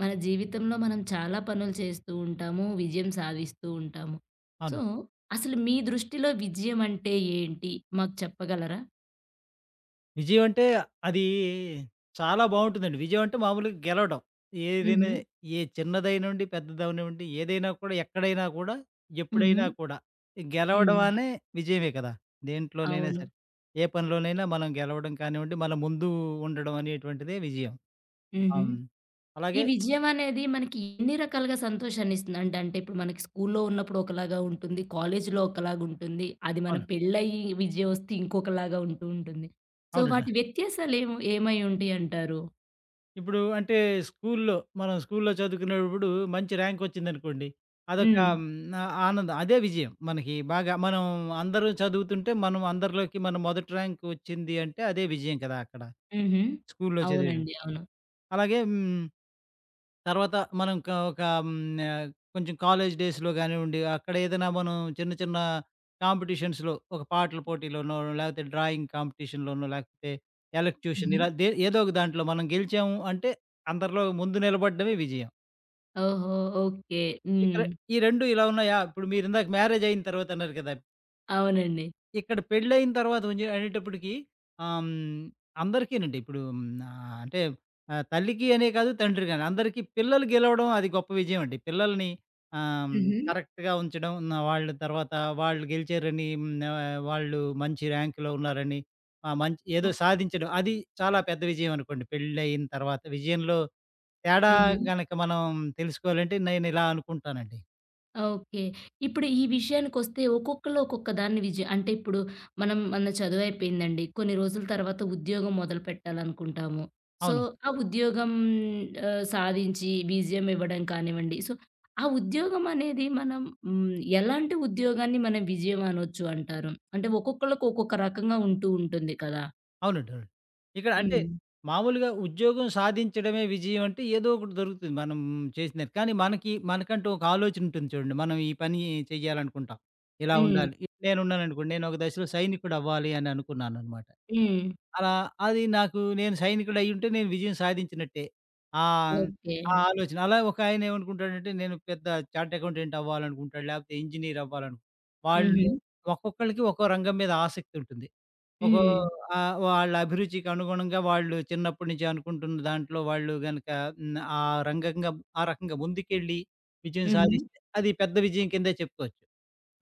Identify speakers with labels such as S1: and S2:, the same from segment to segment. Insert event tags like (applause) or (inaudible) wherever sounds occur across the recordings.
S1: మన జీవితంలో మనం చాలా పనులు చేస్తూ ఉంటాము. విజయం సాధిస్తూ ఉంటాము. సో,
S2: అవును.
S1: అసలు మీ దృష్టిలో విజయం అంటే ఏంటి? మాకు చెప్పగలరా?
S2: విజయం అంటే అది చాలా బావుంటుందండి. విజయం అంటే మామూలుగా గెలవడం. ఏదైనా
S1: హుహు.
S2: ఏ చిన్నదైనివ్వండి, పెద్దదవనివ్వండి, ఏదైనా కూడా, ఎక్కడైనా కూడా,
S1: హుహు.
S2: ఎప్పుడైనా కూడా గెలవడం
S1: హ్మ్.
S2: అనే విజయమే కదా! దేంట్లోనైనా
S1: అవును.
S2: సరే. ఏ పనిలోనైనా మనం గెలవడం కానివ్వండి, మన ముందు ఉండడం అనేటువంటిదే విజయం.
S1: హుహు.
S2: అవును.
S1: ఈ
S2: అలాగే.
S1: విజయం అనేది మనకి ఎన్ని రకాలుగా సంతోషాన్నిస్తుంది? అంటే అంటే ఇప్పుడు మనకి స్కూల్లో ఉన్నప్పుడు ఒకలాగా ఉంటుంది. కాలేజీలో ఒకలాగుంటుంది. అది మన
S2: అవును.
S1: పెళ్ళయ్యి విజయం వస్తే ఇంకొకలాగా ఉంటూ ఉంటుంది. సో,
S2: అవునండి.
S1: వాటి వ్యత్యాసాలు ఏమై ఉంటాయంటారు?
S2: ఇప్పుడు అంటే స్కూల్లో మనం స్కూల్లో చదువుకునేటప్పుడు మంచి ర్యాంక్ వచ్చిందనుకోండి. అదొక
S1: హ్మ్.
S2: ఆనందం. అదే విజయం. మనకి బాగా అందరూ చదువుతుంటే మనం అందరిలోకి మొదటి ర్యాంక్ వచ్చింది అంటే అదే విజయం కదా! అక్కడ
S1: హుహు.
S2: స్కూల్లో
S1: అవునండి.
S2: చదివేటప్పుడు.
S1: అవును.
S2: అలాగే. హ్మ్. తర్వాత మనం ఒక హ్మ్, ఆహ్, కొంచెం కాలేజ్ డేస్‌లో గానివ్వండి, అక్కడ ఏదైనా మనం చిన్న చిన్న కాంపిటీషన్స్‌లో ఒక పాటల పోటీలోనో, లేకపోతే డ్రాయింగ్ కాంపిటీషన్‌లోనో, లేకపోతే ఎలక్యూషన్,
S1: హుహు.
S2: ఇలా ఏదో ఒక దాంట్లో మనం గెలిచాము అంటే అందరిలో ముందు నిలబడడమే విజయం.
S1: ఓహో! ఓకే.
S2: ఇక్కడ
S1: హ్మ్.
S2: ఈ 2 ఇలా ఉన్నాయా? ఇప్పుడు మీరిందాక మ్యారేజ్ అయిన తర్వాత అన్నారు కదా!
S1: అవునండి.
S2: ఇక్కడ పెళ్ళయిన తర్వాత ఉంజే అనేటప్పటికి ఆహ్, హ్మ్, అందరికీనండి. ఇప్పుడు అంటే తల్లికి అనే కాదు, తండ్రి గాని అందరికీ పిల్లలు గెలవడం అది గొప్ప విజయం అండి. పిల్లల్ని ఆహ్, హ్మ్,
S1: హుహు.
S2: కరెక్ట్‌గా ఉంచడం, నా వాళ్ళ తర్వాత వాళ్ళు గెలిచారని, వాళ్ళు మంచి ర్యాంక్‌లో ఉన్నారని, మంచి ఏదో
S1: ఓకే.
S2: సాధించడం, అది చాలా పెద్ద విజయం అనుకోండి. పెళ్ళయిన తర్వాత విజయంలో తేడా
S1: హుహు.
S2: గనక మనం తెలుసుకోవాలంటే నేనిలా అనుకుంటానండి.
S1: ఓకే. ఇప్పుడు ఈ విషయానికొస్తే ఒక్కొక్కళ్ళు ఒక్కొక్క దాన్ని అంటే ఇప్పుడు మనం మన చదువయిపోయిందండి. కొన్ని రోజుల తర్వాత ఉద్యోగం మొదలుపెట్టాలనుకుంటాము. సో,
S2: అవును.
S1: ఆ ఉద్యోగం సాధించి విజయం ఇవ్వడం కానివ్వండి. సో, ఆ ఉద్యోగం అనేది మనం హ్మ్, ఎలాంటి ఉద్యోగాన్ని మనం విజయం అనొచ్చు అంటారు? అంటే ఒక్కొక్కళ్ళకి ఒక్కొక్క రకంగా ఉంటూ ఉంటుంది కదా!
S2: అవునండి. అవును. ఇక్కడ అంటే
S1: హ్మ్.
S2: మామూలుగా ఉద్యోగం సాధించడమే విజయం అంటే ఏదో ఒకటి దొరుకుతుంది. మనం చేసినది. కానీ మనకి, మనకంటూ ఒక ఆలోచన ఉంటుంది చూడండి. మనం ఈ పని చేయాలనుకుంటాం. ఇలా
S1: హ్మ్.
S2: ఉండాలి. ఇప్పుడు నేనున్నాననుకోండి. నేను ఒక దశలో సైనికుడవ్వాలి అని అనుకున్నాననమాట.
S1: హ్మ్.
S2: అలా అది నాకు, నేను సైనికుడయ్యుంటే నేను విజయం సాధించినట్టే. ఆహ్,
S1: ఓకే.
S2: ఆ ఆలోచన. అలా ఒక ఆయన ఏమనుకుంటాడంటే నేను పెద్ద చార్ట్ అకౌంటెంట్ అవ్వాలనుకుంటాడు, లేకపోతే ఇంజినీర్ అవ్వాలను వాళ్ళు.
S1: హుహు.
S2: ఒక్కొక్కళ్ళకి ఒక్కో రంగం మీద ఆసక్తి ఉంటుంది. ఒకొ
S1: హ్మ్.
S2: వాళ్ళ అభిరుచికి అనుగుణంగా వాళ్ళు చిన్నప్పటి నుంచి అనుకుంటున్న దాంట్లో వాళ్ళు గనక, ఆ రంగంగా, ఆ రకంగా ముందుకెళ్ళి విజయం
S1: హుహు.
S2: సాధిస్తే, అది పెద్ద విజయం కిందే చెప్పుకోవచ్చు.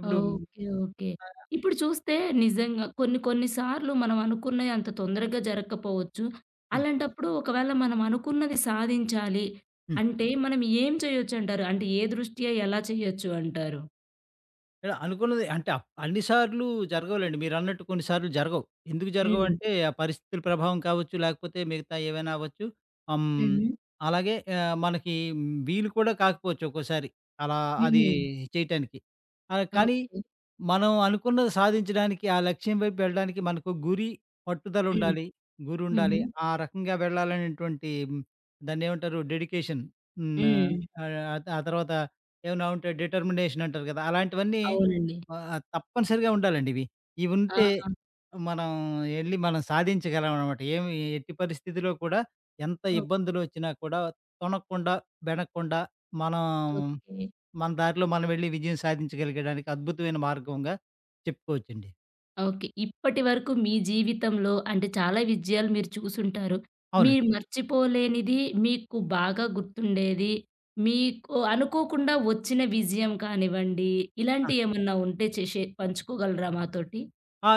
S2: ఇప్పుడు.
S1: ఓకే. ఓకే.
S2: ఆహ్,
S1: ఇప్పుడు చూస్తే నిజంగా కొన్ని కొన్ని సార్లు మనం అనుకున్నయి అంత తొందరగా జరగకపోవచ్చు.
S2: హ్మ్.
S1: అలాంటప్పుడు ఒకవేళ మనం అనుకున్నది సాధించాలి
S2: హ్మ్.
S1: అంటే మనం ఏం చేయొచ్చంటారు? అంటే ఏ దృష్ట్యా ఎలా చేయొచ్చు అంటారు?
S2: ఇక్కడ అనుకున్నది అంటే అన్ని సార్లు జరగవులెండి. మీరన్నట్టు కొన్ని సార్లు జరగవు. ఎందుకు
S1: హ్మ్.
S2: జరగవంటే, ఆ పరిస్థితుల ప్రభావం కావచ్చు, లేకపోతే మిగతా ఏవైనా అవ్వచ్చు. ఆహ్, హ్మ్,
S1: హుహు.
S2: అలాగే మనకి వీలు కూడా కాకపోవచ్చు ఒక్కోసారి. అలా అది
S1: హుహు.
S2: చేయటానికి. కానీ
S1: ఓకే.
S2: మనం అనుకున్నది సాధించడానికి, ఆ లక్ష్యం వైపు వెళ్ళడానికి, మనకు గురి,
S1: హ్మ్.
S2: పట్టుదలుండాలి.
S1: హుహు.
S2: గురుండాలి. ఆ రకంగా వెళ్ళాలనేటువంటి దాన్నేమంటారు, డెడికేషన్. హ్మ్.
S1: హ్మ్.
S2: ఆ తర్వాత ఏమైనా ఉంటే డిటర్మినేషన్ అంటారు కదా! అలాంటివన్నీ
S1: అవునండి.
S2: తప్పనిసరిగా ఉండాలండి ఇవి. ఇవుంటే
S1: ఆహా!
S2: మనం ఎళ్లి మనం సాధించగలం అనమాట. ఏమి ఎట్టి పరిస్థితిలో కూడా, ఎంత
S1: ఓకే.
S2: ఇబ్బందులొచ్చినా కూడా తొణక్కుండా, బెనక్కుండా, మనం
S1: ఓకే.
S2: మన దారిలో మనం వెళ్లి విజయం సాధించగలిగడానికి అద్భుతమైన మార్గంగా చెప్పుకోవచ్చండి.
S1: ఓకే. ఇప్పటి వరకు మీ జీవితంలో అంటే చాలా విజయాలు మీరు చూసుంటారు.
S2: అవునండి.
S1: మీరు మర్చిపోలేనిది, మీకు బాగా గుర్తుండేది, మీకు అనుకోకుండా వచ్చిన విజయం కానివ్వండి, ఇలాంటియేమన్నా ఉంటే చే షే పంచుకోగలరా మాతోటి?
S2: ఆ!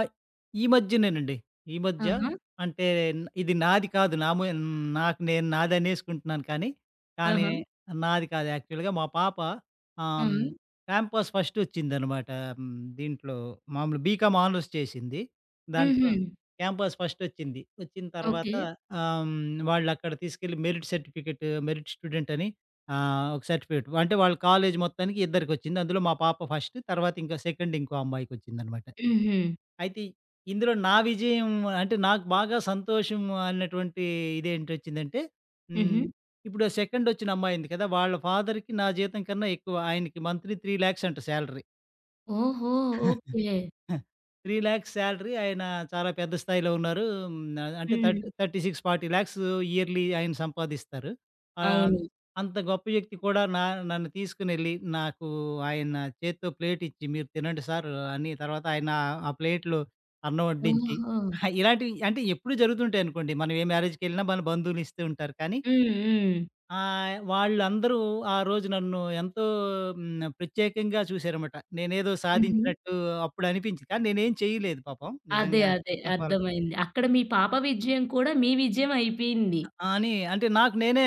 S2: ఈ మధ్యనేనండి. ఈ మధ్య
S1: ఆహా!
S2: అంటే, ఇది నాది కాదు. నా ము నాకు నేను నాదనేసుకుంటున్నాను కానీ, కానీ
S1: ఆహా!
S2: నాది కాదు యాక్చువల్‌గా. మా పాప హ్మ్,
S1: హ్మ్.
S2: క్యాంపస్ ఫస్ట్ వచ్చిందనమాట. హ్మ్, దీంట్లో మామూలు బీకామ్ ఆనర్స్ చేసింది.
S1: హుహు.
S2: దాంట్లో క్యాంపస్ ఫస్ట్ వచ్చింది. వచ్చిన తర్వాత
S1: ఓకే.
S2: వాళ్ళక్కడ తీసుకెళ్ళి మెరిట్ సర్టిఫికేట్, మెరిట్ స్టూడెంట్ అని ఒక సర్టిఫికేట్, అంటే వాళ్ళ కాలేజ్ మొత్తానికి ఇద్దరికొచ్చింది. అందులో మా పాప ఫస్ట్, తర్వాత ఇంకా సెకండ్ ఇంకో అమ్మాయికొచ్చిందనమాట.
S1: హుహు.
S2: అయితే ఇందులో నా విజయం అంటే నాకు బాగా సంతోషం అన్నటువంటి ఇదేంటొచ్చిందంటే,
S1: హుహు.
S2: హ్మ్. ఇప్పుడు సెకండొచ్చిన అమ్మాయుంది కదా! వాళ్ళ ఫాదర్‌కి నా జీతం కన్నా ఎక్కువ. ఆయనకి మంత్లీ 3,00,000 అంట సాలరీ.
S1: ఓహో! ఓకే.
S2: 3 లాక్స్ సాలరీ. ఆయన చాలా పెద్ద స్థాయిలో ఉన్నారు. హ్మ్. అంటే
S1: హ్మ్.
S2: 36, 40 లాక్స్ ఇయర్‌లీ ఆయన సంపాదిస్తారు. ఆహ్,
S1: అవును.
S2: అంత గొప్ప వ్యక్తి కూడా నన్ను తీసుకొనెళ్ళి నాకు ఆయన చేత్తో ప్లేట్ ఇచ్చి, "మీరు తినండి సార్" అని, తర్వాత ఆయన ఆ ప్లేట్‌లో అన్నం వడ్డించి,
S1: ఓహో!
S2: ఇలాంటివి అంటే ఎప్పుడూ జరుగుతుంటాయనుకోండి. మనం ఏ మ్యారేజ్‌కెళ్ళినా మన బంధువులు ఇస్తూ ఉంటారు. కానీ
S1: హ్మ్. హ్మ్.
S2: వాళ్ళందరూ ఆ రోజు నన్ను ఎంతో హ్మ్. ప్రత్యేకంగా చూసారన్నమాట. నేనేదో
S1: హుహు.
S2: సాధించినట్టు అప్పుడనిపించింది. కానీ నేనేం చేయలేదు పాపం
S1: అదే.
S2: నిజంగా
S1: అదే.
S2: చెప్పాల
S1: అర్థమైంది. అక్కడ మీ పాప విజయం కూడా మీ విజయం అయిపోయింది.
S2: ఆ! అని. అంటే నాకు నేనే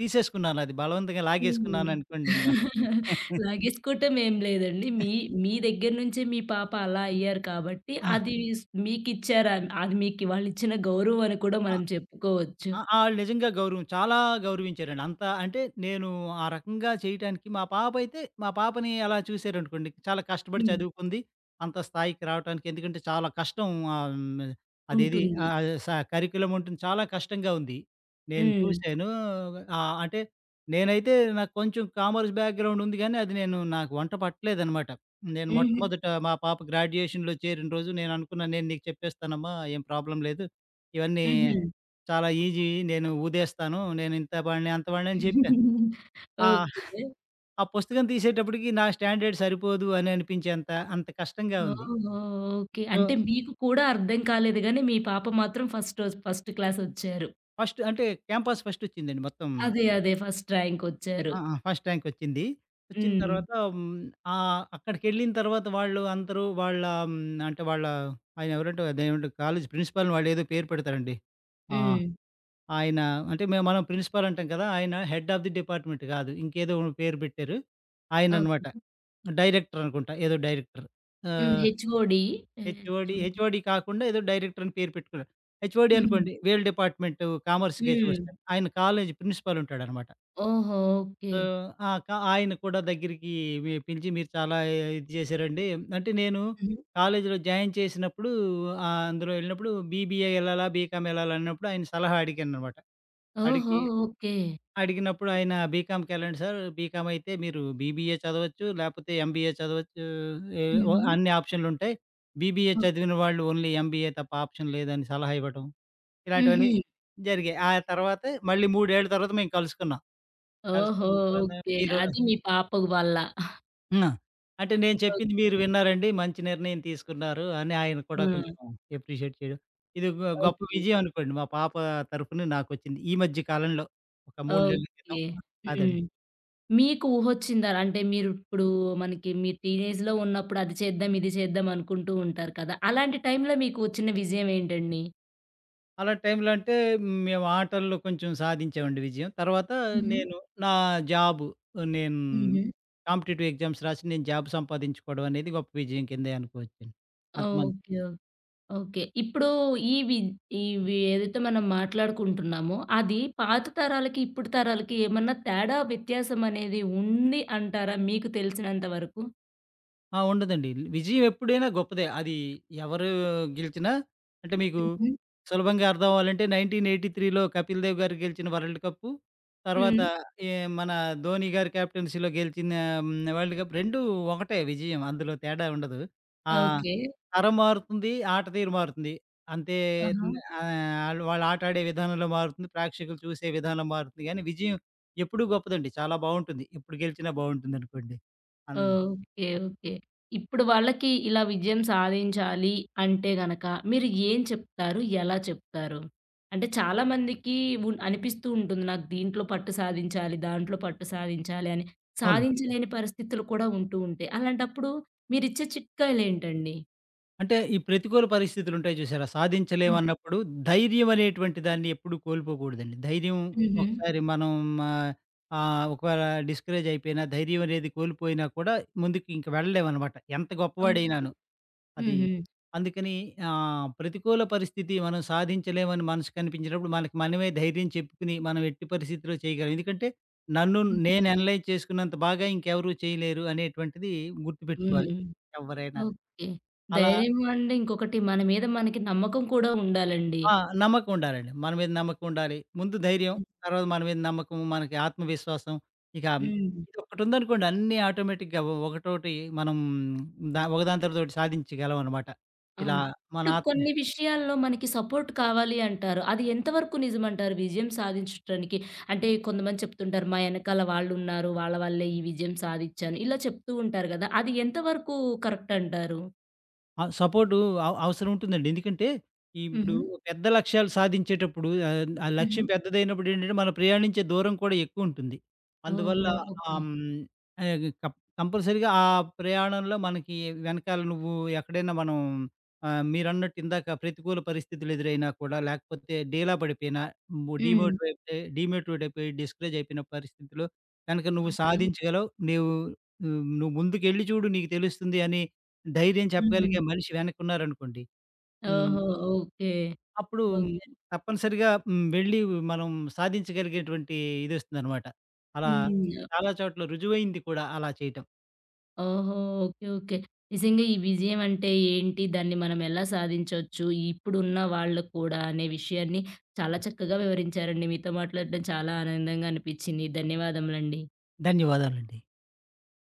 S2: తీసేసుకున్నానది, బలవంతంగా
S1: హ్మ్.
S2: లాగేసుకున్నాననుకోండి ఇంక.
S1: (laughs) లాగేసుకోవటం ఏం లేదండి. మీ మీ దగ్గర నుంచే మీ పాప అలా అయ్యారు కాబట్టి
S2: ఆ!
S1: అది స్ మీకిచ్చారు. అది మీకు వాళ్ళిచ్చిన గౌరవం అని కూడా
S2: ఆ!
S1: మనం చెప్పుకోవచ్చు.
S2: ఆ! ఆళ్ళు నిజంగా గౌరవం చాలా గౌరవించారండి. అంత అంటే నేను ఆ రకంగా చేయటానికి, మా పాపని అలా చూసారనుకోండి, చాలా కష్టపడి
S1: హ్మ్.
S2: చదువుకుంది. అంత స్థాయికి రావటానికి, ఎందుకంటే చాలా కష్టం. ఆహ్, హ్మ్, అదేది
S1: ఉంటుంది.
S2: ఆహ్, స కరిక్యులమ్ ఉంటుంది. చాలా కష్టంగా ఉంది. నేను
S1: హ్మ్.
S2: చూసాను. అంటే నేనైతే నాకు కొంచెం కామర్స్ బ్యాక్‌గ్రౌండ్ ఉంది గానీ, అది నేను, నాకు వంట పట్టలేదనమాట. నేను
S1: హుహు.
S2: మొట్టమొదట మా పాప గ్రాడ్యుయేషన్‌లో చేరిన రోజు నేననుకున్నాను, "నేను నీకు చెప్పేస్తానమ్మా, ఏం ప్రాబ్లమ్ లేదు. ఇవన్నీ
S1: హుహు.
S2: చాలా ఈజీ, నేను ఊదేస్తాను. నేను ఇంత వాడిని, అంత వాడిని" అని చెప్పా.
S1: (laughs)
S2: ఆ!
S1: ఓకే.
S2: ఆ పుస్తకం తీసేటప్పటికి నా స్టాండర్డ్ సరిపోదు అని అనిపించేంత అంత కష్టంగా ఉంది.
S1: ఓహో! ఓకే.
S2: సో,
S1: అంటే మీకు కూడా అర్థం కాలేదు గానీ మీ పాప మాత్రం ఫస్ట్ క్లాసొచ్చారు.
S2: ఫస్ట్ అంటే క్యాంపస్ ఫస్ట్ వచ్చిందండి మొత్తం.
S1: అదే. అదే. ఫస్ట్ ర్యాంకొచ్చారు.
S2: ఆ! ఆ! ఫస్ట్ ర్యాంక్ వచ్చింది. వచ్చిన
S1: హ్మ్.
S2: తర్వాత అక్కడికెళ్ళిన తర్వాత వాళ్ళు అందరూ వాళ్ళ, హ్మ్, అంటే వాళ్ళ ఆయన, ఎవరంటే అదేమంటారు, కాలేజ్ ప్రిన్సిపాల్‌ని వాళ్ళేదో పేరు పెడతారండి. ఆ!
S1: హ్మ్.
S2: ఆయన అంటే మేము, మనం ప్రిన్సిపాల్ అంటాం కదా! ఆయన హెడ్ ఆఫ్ ది డిపార్ట్‌మెంట్ కాదు, ఇంకేదో పేరు పెట్టారు ఆయననమాట.
S1: ఓకే.
S2: డైరెక్టర్ అనుకుంటా. ఏదో డైరెక్టర్.
S1: హ్మ్.
S2: ఆహ్,
S1: హెచ్‌ఓడి. హెచ్
S2: హెచ్‌ఓడి, హెచ్‌ఓడి కాకుండా ఏదో డైరెక్టర్ అని పేరు పెట్టుకున్నాడు. హెచ్‌ఓడి
S1: హ్మ్.
S2: అనుకోండి వీళ్ళ డిపార్ట్‌మెంటు కామర్స్‌కే
S1: హ్మ్.
S2: చూస్తాడు. ఆయన కాలేజీ ప్రిన్సిపాల్ ఉంటాడనమాట.
S1: ఓహో! ఓకే.
S2: సో, ఆ! ఆయన కూడా దగ్గరికి పిలిచి, "మీరు చాలా ఇది చేశారండి." అంటే నేను
S1: హుహు.
S2: కాలేజీలో జాయిన్ చేసినప్పుడు, అందులో ఎళ్ళినప్పుడు, బీబీఏ ఎళ్ళాలా? బీకామ్ ఎళ్ళాలా? అన్నప్పుడు ఆయన సలహా అడిగాననమాట.
S1: ఓహో!
S2: అడిగి
S1: ఓకే.
S2: అడిగినప్పుడు ఆయన, "బీకామ్‌కెళ్ళండి సార్. బీకామ్ అయితే మీరు బీబీఏ చదవచ్చు, లేపోతే ఎంబీఏ చదవచ్చు. ఏ ఓ,
S1: హుహు.
S2: అన్ని ఆప్షన్‌లుంటాయి. BBA
S1: okay.
S2: చదివిన వాళ్ళు ఓన్లీ ఎంబీఏ తప్ప ఆప్షన్ లేదని" సలహా ఇవ్వటం. ఇలాంటివన్నీ
S1: హుహు.
S2: జరిగాయి. ఆ తర్వాత మళ్ళీ 3 ఏళ్ల తర్వాత మేము కలుసుకున్నాం.
S1: ఓహో!
S2: కలుసుకున్న తర్వాత
S1: ఓకే.
S2: మీరు,
S1: అది మీ పాప వల్ల.
S2: హ్మ్. అంటే నేను చెప్పింది
S1: ఓకే.
S2: మీరు విన్నారండి, మంచి నిర్ణయం తీసుకున్నారు అని ఆయన
S1: ఆ!
S2: కూడా కొంచెం అప్రిషియేట్ చేయడం, ఇది గొప్ప
S1: ఓకే.
S2: విజయం అనుకోండి. మా పాప తరపున నాకొచ్చింది. ఈ మధ్య కాలంలో, ఒక 3 నెలల క్రితం.
S1: ఓకే.
S2: అదండి.
S1: హ్మ్. మీకు ఊహొచ్చిందా? అంటే మీరిప్పుడు మనకి మీ టీనేజ్‌లో ఉన్నప్పుడు అది చేద్దాం, ఇది చేద్దాం అనుకుంటూ ఉంటారు కదా! అలాంటి టైంలో మీకు వచ్చిన విజయం ఏంటండి?
S2: అలాంటి టైంలో అంటే మేము ఆటల్లో కొంచెం సాధించామండి విజయం. తర్వాత
S1: హుహు.
S2: నేను నా జాబు నేను
S1: హుహు.
S2: కాంపిటీటివ్ ఎగ్జామ్స్ రాసి నేను జాబ్ సంపాదించుకోవడం అనేది గొప్ప విజయం కిందే అనుకోవచ్చండి. అంతమంది.
S1: ఓకే. ఓకే. ఇప్పుడు ఇవి ఇవి ఏదైతే మనం మాట్లాడుకుంటున్నామో, అది పాత తరాలకి, ఇప్పుడు తరాలకి ఏమన్నా తేడా, వ్యత్యాసం అనేది ఉంది అంటారా మీకు తెలిసినంత వరకు?
S2: ఆ! ఉండదండి. విజయం ఎప్పుడైనా గొప్పదే. అది ఎవరు గెలిచినా, అంటే మీకు
S1: హుహు.
S2: సులభంగా అర్థం అవ్వాలంటే, 1983లో కపిల్ దేవ్ గారు గెలిచిన వరల్డ్ కప్పు, తర్వాత
S1: హ్మ్.
S2: ఈ మన ధోని గారి కెప్టెన్సీలో గెలిచిన వరల్డ్ కప్ 2, ఒకటే విజయం. అందులో తేడా ఉండదు. ఆ!
S1: ఓకే.
S2: తరం మారుతుంది, ఆట తీరు మారుతుంది. అంతే.
S1: ఆహా!
S2: ఆహ్, ఆళ్ళు వాళ్ళు ఆట ఆడే విధానంలో మారుతుంది. ప్రేక్షకులు చూసే విధానం మారుతుంది. గానీ విజయం ఎప్పుడూ గొప్పదండి. చాలా బావుంటుంది. ఇప్పుడు గెలిచినా బావుంటుందనుకోండి. అన్
S1: ఓకే. ఓకే. ఇప్పుడు వాళ్ళకి ఇలా విజయం సాధించాలి అంటే గనక మీరు ఏం చెప్తారు? ఎలా చెప్తారు? అంటే చాలా మందికి అనిపిస్తూ ఉంటుంది. నాకు దీంట్లో పట్టు సాధించాలి, దాంట్లో పట్టు సాధించాలి అని.
S2: అవునండి.
S1: సాధించలేని పరిస్థితులు కూడా ఉంటూ ఉంటాయి. అలాంటప్పుడు మీరిచ్చే చిట్కాలేంటండి?
S2: అంటే ఈ ప్రతికూల పరిస్థితులుంటాయి చూసారా?
S1: హ్మ్.
S2: సాధించలేమన్నప్పుడు ధైర్యం అనేటువంటి దాన్ని ఎప్పుడూ కోల్పోకూడదండి. ధైర్యం
S1: హుహు.
S2: ఒకసారి మనం ఆహ్, ఆహ్, ఒకవేళ డిస్కరేజ్ అయిపోయినా, ధైర్యం అనేది కోల్పోయినా కూడా, ముందుకు ఇంక వెళ్ళలేమనమాట ఎంత
S1: ఓకే.
S2: గొప్పవాడైనాను. అది
S1: హుహు.
S2: అందుకని, ప్రతికూల పరిస్థితి మనం సాధించలేమని మనసు కనిపించినప్పుడు, మనకి మనమే ధైర్యం చెప్పుకుని మనం ఎట్టి పరిస్థితిలో చేయగలం. ఎందుకంటే నన్ను
S1: హుహు.
S2: నేను అనలైజ్ చేసుకున్నంత బాగా ఇంకెవరు చేయలేరు అనేటువంటిది గుర్తుపెట్టుకోవాలి
S1: హ్మ్.
S2: ఎవ్వరైనాను.
S1: ఓకే.
S2: అలా
S1: ధైర్యం అంటే ఇంకొకటి మన మీద మనకి నమ్మకం కూడా ఉండాలండి.
S2: ఆ! నమ్మకం ఉండాలండి. మన మీద నమ్మకం ఉండాలి. ముందు ధైర్యం,
S1: హ్మ్.
S2: తర్వాత మన మీద నమ్మకం, మనకి ఆత్మవిశ్వాసం ఇక
S1: హ్మ్.
S2: ఇదొక్కటుందనుకోండి, అన్నీ ఆటోమేటిక్‌గా ఒకటోటి మనం ఒకదాని తర్వాత ఒకటి సాధించగలం అనమాట. ఇలా
S1: అవును.
S2: మన
S1: ఇప్పుడు
S2: ఆత్మ.
S1: కొన్ని విషయాల్లో మనకి సపోర్ట్ కావాలి అంటారు. అది ఎంతవరకు నిజమంటారు విజయం సాధించటానికి? అంటే కొంతమంది చెప్తుంటారు, "మా ఎనకాల వాళ్ళున్నారు. వాళ్ళ వల్లే ఈ విజయం సాధిచ్చాను." ఇలా చెప్తూ ఉంటారు గదా! అది ఎంతవరకు కరెక్ట్ అంటారు?
S2: ఆ! సపోర్టు అవసరం ఉంటుందండి. ఎందుకంటే, ఇప్పుడు
S1: హుహు.
S2: పెద్ద లక్ష్యాలు సాధించేటప్పుడు, ఆ
S1: హుహు.
S2: లక్ష్యం పెద్దదైనప్పుడు ఏంటంటే, మనం ప్రయాణించే దూరం కూడా ఎక్కువుంటుంది. అందువల్ల
S1: ఓహో! ఓకే.
S2: ఆహ్, హ్మ్, ఆహ్, కప్ కంపల్సరీగా ఆ ప్రయాణంలో మనకి వెనకాల నువ్వు ఎక్కడైనా మనం, మీరన్నట్టు ఇందాక ప్రతికూల పరిస్థితులు ఎదురైనా కూడా, లేకపోతే డీలా పడిపోయినా, ము
S1: హ్మ్.
S2: డీమోటివైట్ డీమోటివేట్ అయిపోయి, డిస్కరేజ్ అయిపోయిన పరిస్థితిలో, "కనుక నువ్వు
S1: ఓకే.
S2: సాధించగలవు. నీవు నువ్వు ముందుకెళ్ళి చూడు నీకు తెలుస్తుంది" అని ధైర్యం
S1: హ్మ్.
S2: చెప్పగలిగే మనిషి వెనకున్నారనుకోండి, హ్మ్.
S1: ఓహో! ఓకే.
S2: అప్పుడు
S1: ఓకే.
S2: తప్పనిసరిగా హ్మ్. వెళ్ళి మనం సాధించగలిగేటువంటి ఇదొస్తుందనమాట. అలా
S1: హ్మ్.
S2: చాలా చోట్ల రుజువైంది కూడా అలా చేయటం.
S1: ఓహో! ఓకే. ఓకే. నిజంగా ఈ విజయం అంటే ఏంటి? దాన్ని మనం ఎలా సాధించొచ్చు? ఇప్పుడున్న వాళ్ళకి కూడా అనే విషయాన్ని చాలా చక్కగా వివరించారండి. మీతో మాట్లాడడం చాలా ఆనందంగా అనిపిచ్చింది. ధన్యవాదములండి.
S2: ధన్యవాదాలండి.